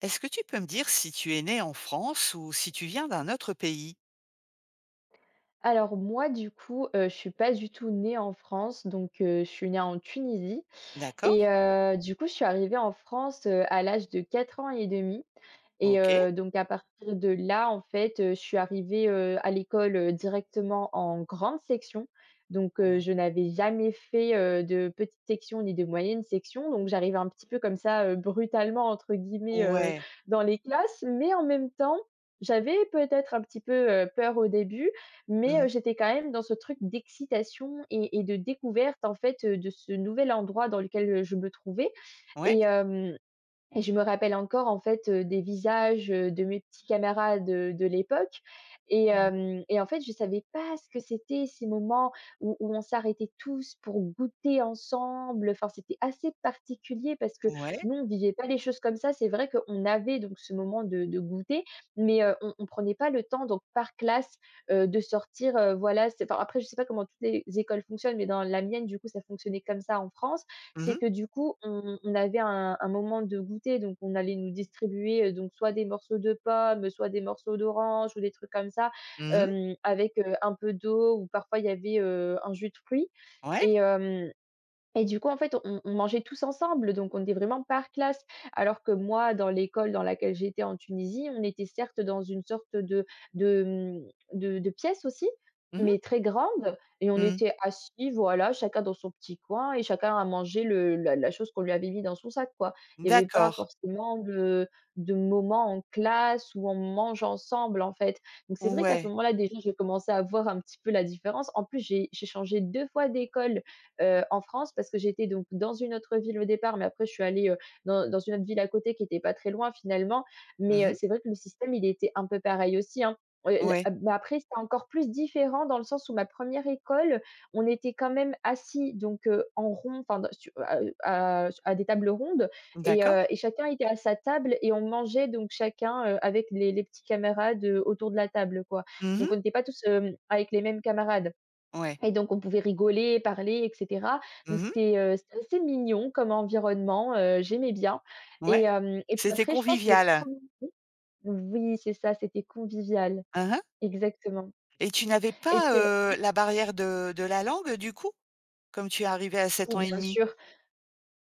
Est-ce que tu peux me dire si tu es né en France ou si tu viens d'un autre pays? Alors moi, du coup, je suis pas du tout née en France, donc je suis née en Tunisie D'accord? et du coup, je suis arrivée en France, à l'âge de 4 ans et demi. Et OK. Donc à partir de là, en fait, je suis arrivée, à l'école, directement en grande section. Donc je n'avais jamais fait, de petite section ni de moyenne section. Donc j'arrivais un petit peu comme ça, «brutalement» entre guillemets, Ou ouais. dans les classes. Mais en même temps, j'avais peut-être un petit peu, peur au début, mais Mmh. j'étais quand même dans ce truc d'excitation et de découverte, en fait, de ce nouvel endroit dans lequel, je me trouvais. Ouais. Et hem et je me rappelle encore en fait, des visages, de mes petits camarades, de l'époque et Mmh. hem et en fait, je savais pas ce que c'était ces moments où on s'arrêtait tous pour goûter ensemble. Enfin, c'était assez particulier parce que Ouais. nous, on vivait pas les choses comme ça. C'est vrai qu'on avait donc ce moment de goûter, mais on prenait pas le temps donc par classe, de sortir, voilà, c'est enfin après je sais pas comment toutes les écoles fonctionnent, mais dans la mienne, du coup, ça fonctionnait comme ça en France. Mmh C'est mh. que du coup, on avait un moment de goûter, donc on allait nous distribuer, donc soit des morceaux de pommes, soit des morceaux d'orange ou des trucs comme ça, Mmh. Avec, un peu d'eau ou parfois il y avait, un jus de fruits Ouais. et hem et du coup, en fait, on mangeait tous ensemble, donc on était vraiment par classe. Alors que moi, dans l'école dans laquelle j'étais en Tunisie, on était certes dans une sorte de, mmh, de pièce aussi, Mmh mh. mais très grande et on Mmh. était assis, voilà, chacun dans son petit coin et chacun a mangé le la la chose qu'on lui avait mis dans son sac, quoi. Il y avait pas D'accord. forcément de moments en classe où on mange ensemble, en fait. Donc c'est vrai qu'à ce Ouais. moment-là, déjà, j'ai commencé à voir un petit peu la différence. En plus, j'ai changé 2 fois d'école en France parce que j'étais donc dans une autre ville au départ, mais après je suis allée, dans une autre ville à côté qui était pas très loin finalement. Mais, Mmh. c'est vrai que le système, il était un peu pareil aussi, hein. L Ouais. Ah, bah, après c'était encore plus différent dans le sens où ma première école, on était quand même assis donc, en rond, enfin dans su à des tables rondes et D'accord. heu et chacun était à sa table et on mangeait donc chacun, avec les petits camarades, autour de la table, quoi. Mmh. Donc on n'était pas tous, avec les mêmes camarades. Ouais. Et donc on pouvait rigoler, parler et cetera. Donc Mmh. c'était assez mignon comme environnement, j'aimais bien et Ouais. hem et puis C'était après je pense le convivial. premier. Oui, c'est ça, c'était convivial, Hein hein. exactement. Et tu n'avais Et pas, puis, oui, la barrière de la langue, du coup? Comme tu es arrivé à 7 si ans et bien demi? sûr.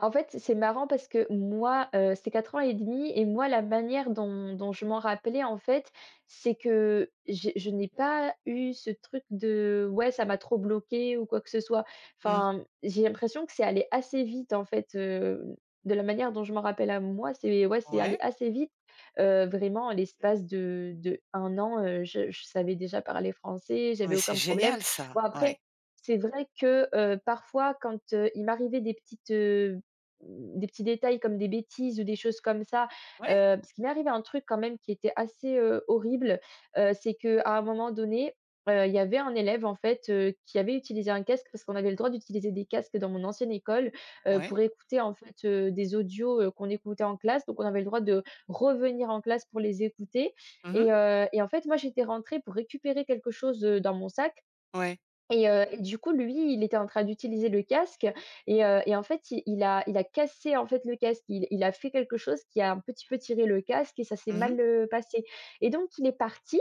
En fait, c'est marrant parce que moi, c'est 4 ans et demi et moi la manière dont je m'en rappelais en fait, c'est que j'ai je n'ai pas eu ce truc de: «Ouais, ça m'a trop bloqué ou quoi que ce soit. Mmh. Enfin, j'ai l'impression que c'est allé assez vite en fait, de la manière dont je m'en rappelle à moi, c'est ouais, c'est allé Ouais. assez vite. Vraiment, en l'espace de un an, je savais déjà parler français, j'avais Mais c'est aucun problème. génial ça. Bon après, Ouais. c'est vrai que, parfois quand, il m'arrivait euh, Mmh, des petits détails comme des bêtises ou des choses comme ça, Ouais. Parce qu'il m'est arrivé un truc quand même qui était assez, horrible, c'est qu'à un moment donné, il y avait un élève en fait, qui avait utilisé un casque parce qu'on avait le droit d'utiliser des casques dans mon ancienne école, Ouais. pour écouter en fait, des audios, qu'on écoutait en classe. Donc on avait le droit de revenir en classe pour les écouter Mmh. et en fait moi j'étais rentrée pour récupérer quelque chose, dans mon sac Ouais. et du coup, lui, il était en train d'utiliser le casque et en fait, il a cassé, en fait, le casque. Il a fait quelque chose qui a un petit peu tiré le casque et ça s'est Mmh. mal, passé et donc il est parti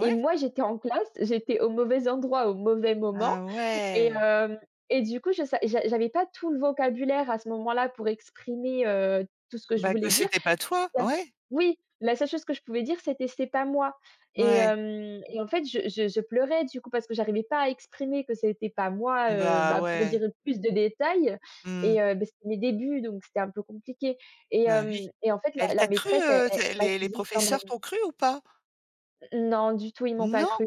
et moi, j'étais en classe, j'étais au mauvais endroit, au mauvais moment Ah et ouais! hem et du coup, je sa j'a j'avais pas tout le vocabulaire à ce moment-là pour exprimer, tout ce que je Bah, que voulais dire. c'était pas toi, La s ouais, Oui, la seule chose que je pouvais dire, c'était: «C'est pas moi» et ouais. hem et en fait, je pleurais du coup parce que j'arrivais pas à exprimer que c'était pas moi, Bah, bah, pour ouais. dire plus de détails Mmh. et bah, c'était mes débuts, donc c'était un peu compliqué et Bah, hem oui. et en fait, la Elle la t'a cru, maîtresse, elle elle t elle les m'accusait quand même. professeurs t'ont cru ou pas? Non, du tout, ils m'ont pas Non? cru.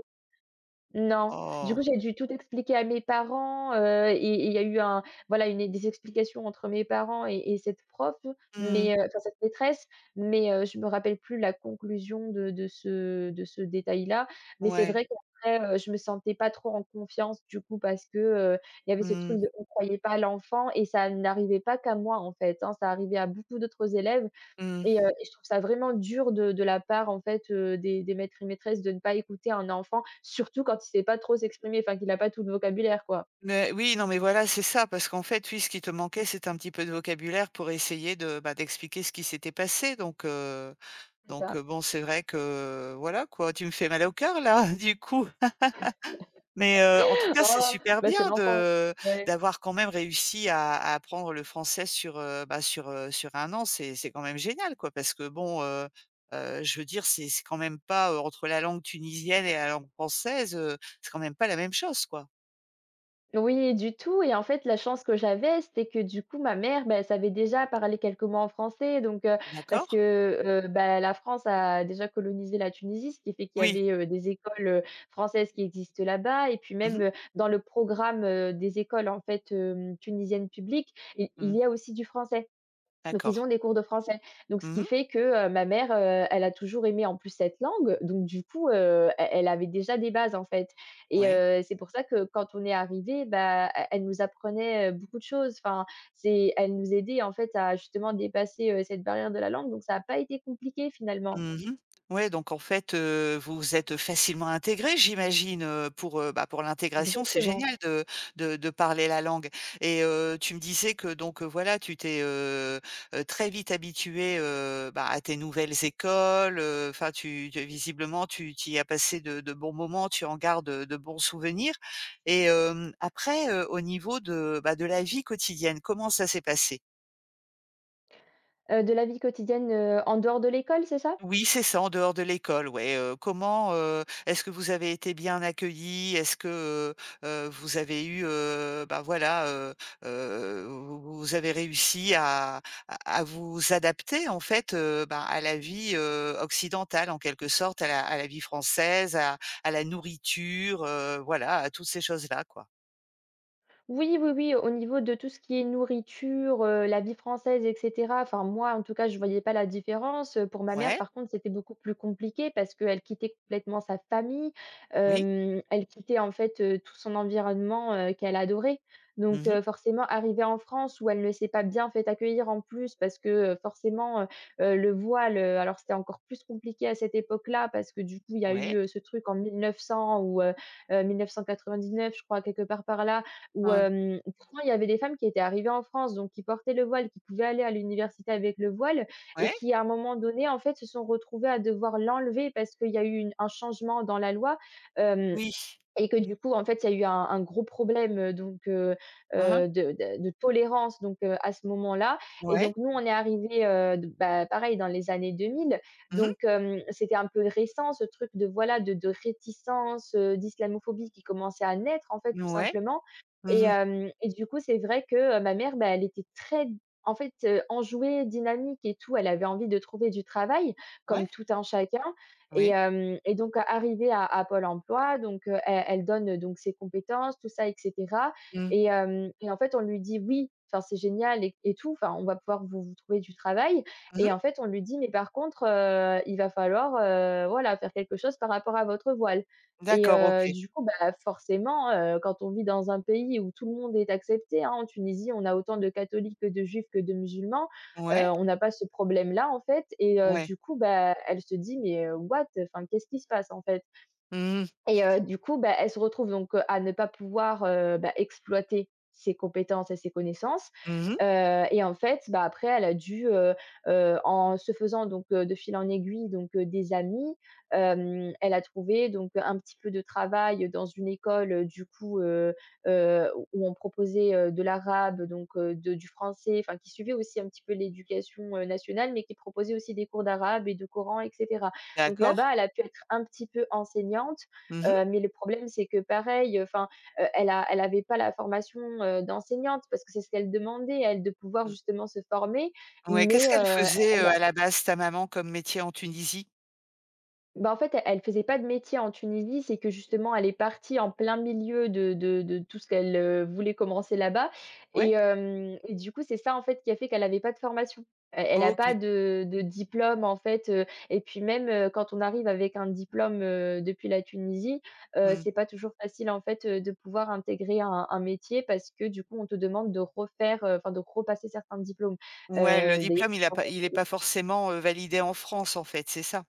Non. Du Oh! coup, j'ai dû tout expliquer à mes parents, et il y a eu un voilà, une des explications entre mes parents et cette prof, Mmh. mais enfin cette maîtresse, mais je me rappelle plus la conclusion de ce détail-là. Mais c'est Ouais. vrai qu'après, je me sentais pas trop en confiance du coup parce que, il y avait ce Mmh. truc de on croyait pas à l'enfant et ça n'arrivait pas qu'à moi en fait, hein, ça arrivait à beaucoup d'autres élèves Mmh. et je trouve ça vraiment dur de la part, en fait, des maîtres et maîtresses de ne pas écouter un enfant, surtout quand il sait pas trop s'exprimer, enfin qu'il a pas tout le vocabulaire, quoi. Mais oui, non, mais voilà, c'est ça, parce qu'en fait, oui, ce qui te manquait, c'était un petit peu de vocabulaire pour essayer de, bah, d'expliquer ce qui s'était passé donc heu C'est donc ça. heu, bon, c'est vrai que, voilà, quoi, tu me fais mal au cœur là, du coup. Mais, en tout cas, c'est «Oh, super bah, c'est bien l'enfance». de Ouais. d'avoir quand même réussi à apprendre le français sur, sur un an. C'est quand même génial, quoi, parce que bon, je veux dire, c'est quand même pas, entre la langue tunisienne et la langue française, c'est quand même pas la même chose, quoi. Oui, du tout et en fait, la chance que j'avais, c'était que du coup, ma mère, bah, elle savait déjà parler quelques mots en français donc parce D'accord? que, bah, la France a déjà colonisé la Tunisie, ce qui fait qu'il y Oui. avait, des écoles, françaises qui existent là-bas et puis Mmh même, mh. Dans le programme, des écoles, en fait, tunisiennes publiques, i il Mmh. y a aussi du français. Donc D'accord. ils ont des cours de français. Donc ce Mmh qui mh. fait que, ma mère, elle a toujours aimé en plus cette langue, donc du coup, elle avait déjà des bases en fait et Ouais. C'est pour ça que quand on est arrivé, bah, e elle nous apprenait, beaucoup de choses. Enfin, c'est elle nous aidait en fait à justement dépasser, cette barrière de la langue, donc ça a pas été compliqué finalement. Mmh. Ouais, donc en fait, vous êtes facilement intégré, j'imagine, pour, bah, pour l'intégration, c'est Exactement. génial de parler la langue et tu me disais que donc, voilà, tu t'es, très vite habitué bah, à tes nouvelles écoles, enfin tu visiblement tu y as passé de bons moments, tu en gardes, de bons souvenirs et après, au niveau de, bah, de la vie quotidienne, comment ça s'est passé? De la vie quotidienne, en dehors de l'école, c'est ça? Oui, c'est ça, en dehors de l'école, ouais, comment, est-ce que vous avez été bien accueillis? Est-ce que, vous avez eu, bah, voilà, vous avez réussi à vous adapter en fait, bah, à la vie, occidentale en quelque sorte, à la vie française, à la nourriture, voilà, à toutes ces choses-là, quoi. Oui, oui, oui, au niveau de tout ce qui est nourriture, la vie française et cetera, enfin moi, en tout cas, je voyais pas la différence, pour ma mère, Ouais, par contre, c'était beaucoup plus compliqué parce qu'elle quittait complètement sa famille, oui. Elle quittait, en fait, tout son environnement, qu'elle adorait. Donc Mmh. Forcément, arriver en France où elle ne s'est pas bien fait accueillir en plus parce que, forcément, le voile, alors c'était encore plus compliqué à cette époque-là parce que, du coup, il y a eu, Ouais. Ce truc en 1900 ou 1999, je crois, quelque part par là, où, Hein. Pourtant il y avait des femmes qui étaient arrivées en France, donc qui portaient le voile, qui pouvaient aller à l'université avec le voile et Ouais. qui, à un moment donné, en fait, se sont retrouvées à devoir l'enlever parce qu'il y a eu une un changement dans la loi, hem Oui. et que du coup, en fait, il y a eu un gros problème, donc Hein hein. De tolérance donc à ce moment-là et Ouais. donc nous, on est arrivé d bah, pareil dans les années 2000 Mmh. donc c'était un peu récent ce truc de voilà, de réticence, d'islamophobie qui commençait à naître en fait, tout Ouais. simplement et Mmh. hem et du coup, c'est vrai que, ma mère, bah, elle était très en fait, enjouée, dynamique et tout. Elle avait envie de trouver du travail comme Ouais. tout un chacun. et Oui. hem et donc arrivée à Pôle emploi, donc elle donne donc ses compétences, tout ça et cetera. Mmh. Et en fait, on lui dit: «Oui, enfin, c'est génial et tout, enfin, on va pouvoir vous trouver du travail». Mmh. Et en fait, on lui dit: «Mais par contre, il va falloir, voilà, faire quelque chose par rapport à votre voile». D'accord, OK. Du coup, bah, forcément, quand on vit dans un pays où tout le monde est accepté, hein, en Tunisie, on a autant de catholiques que de juifs que de musulmans. Ouais, On n'a pas ce problème-là, en fait. Ouais. Du coup, bah, elle se dit: «Mais, what? Enfin, qu'est-ce qui se passe, en fait?» Mmh mh. Et du coup, bah, elle se retrouve donc, à ne pas pouvoir, bah, exploiter ses compétences et ses connaissances, Mmh. Et en fait, bah, après elle a dû, en se faisant donc, de fil en aiguille donc, des amis. Elle a trouvé donc un petit peu de travail dans une école, du coup, où on proposait, de l'arabe donc, de du français, enfin qui suivait aussi un petit peu l'éducation, nationale, mais qui proposait aussi des cours d'arabe et de Coran et cetera. Donc D'accord. là-bas, elle a pu être un petit peu enseignante. Mmh mh. Mais le problème, c'est que pareil, enfin, elle avait pas la formation, d'enseignante, parce que c'est ce qu'elle demandait, elle, de pouvoir Mmh. justement se former, Ouais, qu'est-ce mais, qu'elle faisait, elle… à la base, ta maman, comme métier en Tunisie? Bah, en fait, elle faisait pas de métier en Tunisie, c'est que justement elle est partie en plein milieu de tout ce qu'elle, voulait commencer là-bas. et Ouais? hem et du coup, c'est ça, en fait, qui a fait qu'elle avait pas de formation. E Elle a pas OK. de diplôme, en fait. Et puis même, quand on arrive avec un diplôme, depuis la Tunisie, Mmh. c'est pas toujours facile, en fait, de pouvoir intégrer un métier, parce que du coup, on te demande de refaire, enfin de repasser certains diplômes. Ouais, le D'ailleurs diplôme, il est pas forcément, validé en France, en fait, c'est ça?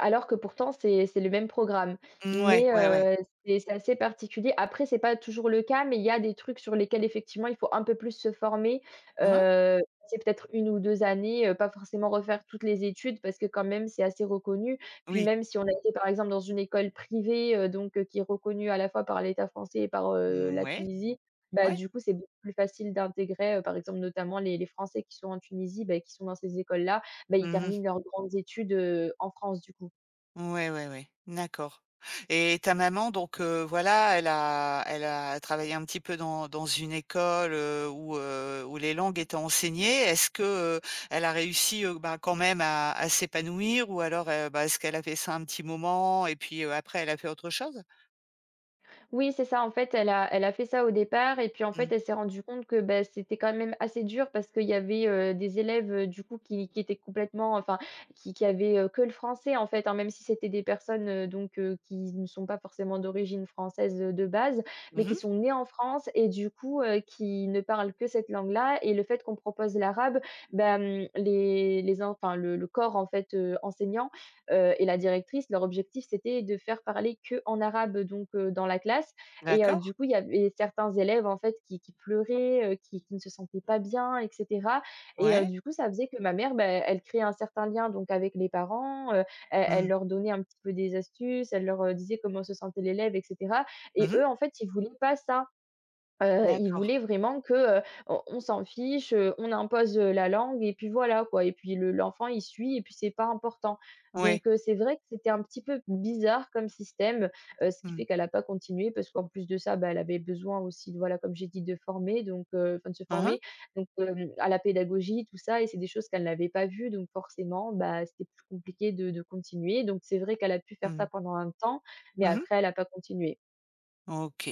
Alors que pourtant c'est le même programme. Mmh, ouais, Mais, ouais, ouais. heu, c'est assez particulier. Après c'est pas toujours le cas, mais il y a des trucs sur lesquels effectivement il faut un peu plus se former, Mmh. Passer peut-être une ou 2 années, pas forcément refaire toutes les études, parce que quand même c'est assez reconnu. Puis Oui. même si on a été par exemple dans une école privée, qui est reconnue à la fois par l'État français et par, Mmh, la ouais, Tunisie, bah, ouais. du coup c'est beaucoup plus facile d'intégrer, par exemple notamment les Français qui sont en Tunisie, beh, qui sont dans ces écoles-là. Bah, ils Mmh. terminent leurs grandes études, en France, du coup. Ouais, ouais, ouais, d'accord et ta maman donc voilà, elle a travaillé un petit peu dans une école, où, où les langues étaient enseignées. Est-ce que, heu, elle a réussi, bah, quand même à s'épanouir ou alors, bah, est-ce qu'elle a fait ça un petit moment et puis, après elle a fait autre chose? Oui, c'est ça, en fait, elle a fait ça au départ et puis, en fait, Mmh. elle s'est rendue compte que, bah, c'était quand même assez dur, parce qu'il y avait, des élèves, du coup, qui étaient complètement, enfin, qui avaient, que le français, en fait, hein, même si c'était des personnes, qui ne sont pas forcément d'origine française, de base, mais qui Mmh. sont nées en France, et du coup, qui ne parlent que cette langue-là. Et le fait qu'on propose l'arabe, bah, mmh, les en enfin, le corps, en fait, enseignant… Et la directrice, leur objectif, c'était de faire parler que en arabe, donc dans la classe. D'accord, Du coup, il y avait certains élèves, en fait, qui pleuraient, qui ne se sentaient pas bien et cetera. Ouais. Du coup, ça faisait que ma mère, bah, elle créait un certain lien donc avec les parents. Elle Mmh. leur donnait un petit peu des astuces, elle leur, disait comment se sentait l'élève et cetera, et Mmh. eux, en fait, ils voulaient pas ça. Ils D'accord. voulaient vraiment que, on s'en fiche, on impose, la langue et puis voilà quoi. Et puis le l'enfant il suit et puis c'est pas important. Donc Ouais. C'est vrai que c'était un petit peu bizarre comme système, ce qui Mmh. fait qu'elle a pas continué, parce qu'en plus de ça, bah, elle avait besoin aussi de, voilà, comme j'ai dit, de se Mmh mh. former à la pédagogie, tout ça, et c'est des choses qu'elle n'avait pas vues, donc forcément, bah, c'était plus compliqué de continuer. Donc c'est vrai qu'elle a pu faire ça Mmh. pendant un temps, mais Mmh. après elle a pas continué. OK.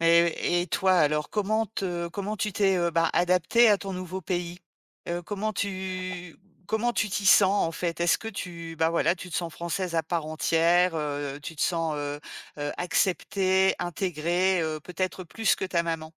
Et toi alors, comment tu t'es, bah, adaptée à ton nouveau pays? Heu, comment tu comment tu t'y sens en fait? Est-ce que tu bah, voilà, tu te sens française à part entière, tu te sens, acceptée, intégrée, peut-être plus que ta maman?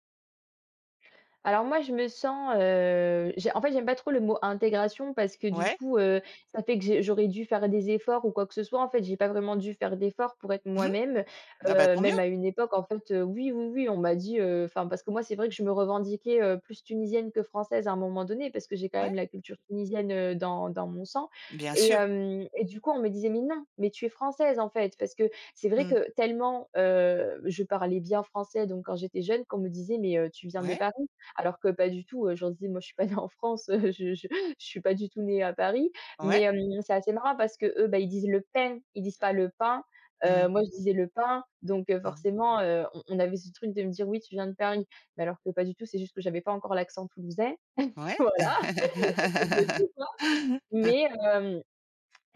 Alors moi, je me sens, j'ai en fait, j'aime pas trop le mot intégration, parce que du Ouais. coup, ça fait que j'aurais dû faire des efforts ou quoi que ce soit. En fait, j'ai pas vraiment dû faire d'efforts pour être Mmh. moi-même. Ah bah, tant mieux. Même à une époque, en fait, oui, oui, oui, on m'a dit, enfin, parce que moi, c'est vrai que je me revendiquais, plus tunisienne que française à un moment donné, parce que j'ai quand Ouais, même la culture tunisienne, dans mon sang. bien et sûr. hem et du coup, on me disait: «Mais non, mais tu es française, en fait». Parce que c'est vrai Mmh. que tellement, je parlais bien français, donc quand j'étais jeune, qu'on me disait: «Mais, tu viens de Ouais, Paris», alors que pas du tout. Je leur… «Moi, je suis pas née en France, je suis pas du tout née à Paris». Mais, ouais. hem, c'est assez marrant, parce que eux, bah, ils disent le pain, ils disent pas le pain. Mmh. Moi, je disais le pain, donc, Mmh. forcément, on avait ce truc de me dire: «Oui, tu viens de Paris», mais alors que pas du tout, c'est juste que j'avais pas encore l'accent toulousain. Ouais. Voilà, c'était… mais, hem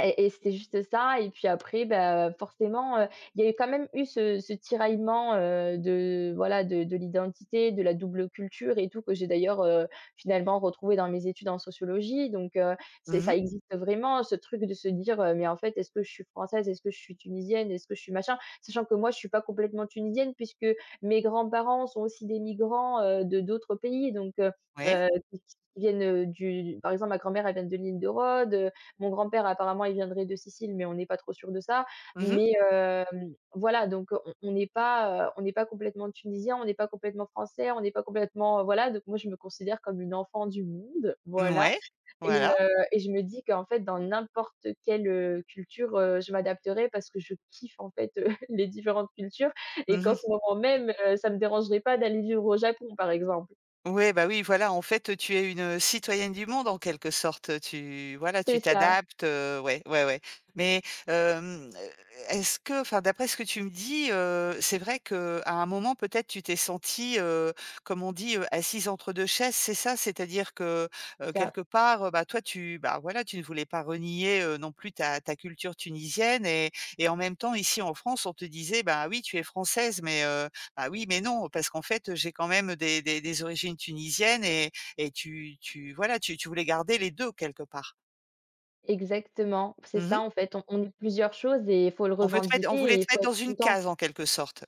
Et c'était juste ça. Et puis après, bah, forcément, il y a eu quand même eu ce tiraillement, de, voilà, de l'identité, de la double culture et tout, que j'ai d'ailleurs, finalement retrouvé dans mes études en sociologie. C'est Mmh ça mh. existe vraiment, ce truc de se dire, «Mais en fait, est-ce que je suis française? Est-ce que je suis tunisienne? Est-ce que je suis machin?», sachant que moi, je suis pas complètement tunisienne, puisque mes grands-parents sont aussi des migrants, de d'autres pays. Oui. Qui viennent, du par exemple, ma grand-mère, elle vient de l'île de Rhodes, mon grand-père apparemment il viendrait de Sicile, mais on n'est pas trop sûr de ça. Mmh. Voilà, donc on n'est pas, on n'est pas complètement tunisien, on n'est pas complètement français, on n'est pas complètement, voilà, donc moi je me considère comme une enfant du monde, voilà. et heu Voilà. et je me dis qu'en fait dans n'importe quelle, culture, je m'adapterai, parce que je kiffe, en fait, les différentes cultures, et qu'en Mmh. ce moment même, ça me dérangerait pas d'aller vivre au Japon par exemple. Ouais, bah, oui, voilà, en fait, tu es une citoyenne du monde en quelque sorte. Tu voilà, C'est tu ça, t'adaptes, ouais, ouais, ouais. Mais, hem, est-ce que enfin, d'après ce que tu me dis, c'est vrai que à un moment, peut-être, tu t'es sentie, comme on dit, assise entre 2 chaises, c'est ça? C'est-à-dire que, c'est ça. quelque part, bah, toi, tu bah, voilà, tu ne voulais pas renier, non plus ta culture tunisienne et en même temps, ici, en France, on te disait: «Bah, oui, tu es française, mais ah oui, mais non, parce qu'en fait, j'ai quand même des origines tunisiennes et tu voilà, tu voulais garder les 2 quelque part. Exactement, c'est Mmh. ça, en fait, on est plusieurs choses et il faut le On revendiquer voulait et te il faut mettre dans être une content. case en quelque sorte.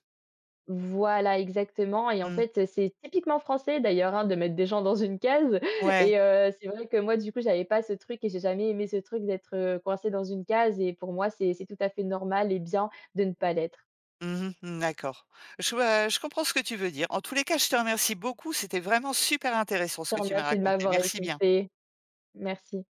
Voilà, exactement, et en Mmh. fait, c'est typiquement français d'ailleurs, hein, de mettre des gens dans une case Ouais. C'est vrai que moi du coup, j'avais pas ce truc et j'ai jamais aimé ce truc d'être, coincée dans une case, et pour moi, c'est tout à fait normal et bien de ne pas l'être. Mmh mh. Mmh, d'accord. Je comprends ce que tu veux dire. En tous les cas, je te remercie beaucoup, c'était vraiment super intéressant Je ce te que tu m'as remercie de raconté. m'avoir Merci bien. écoutée. Merci.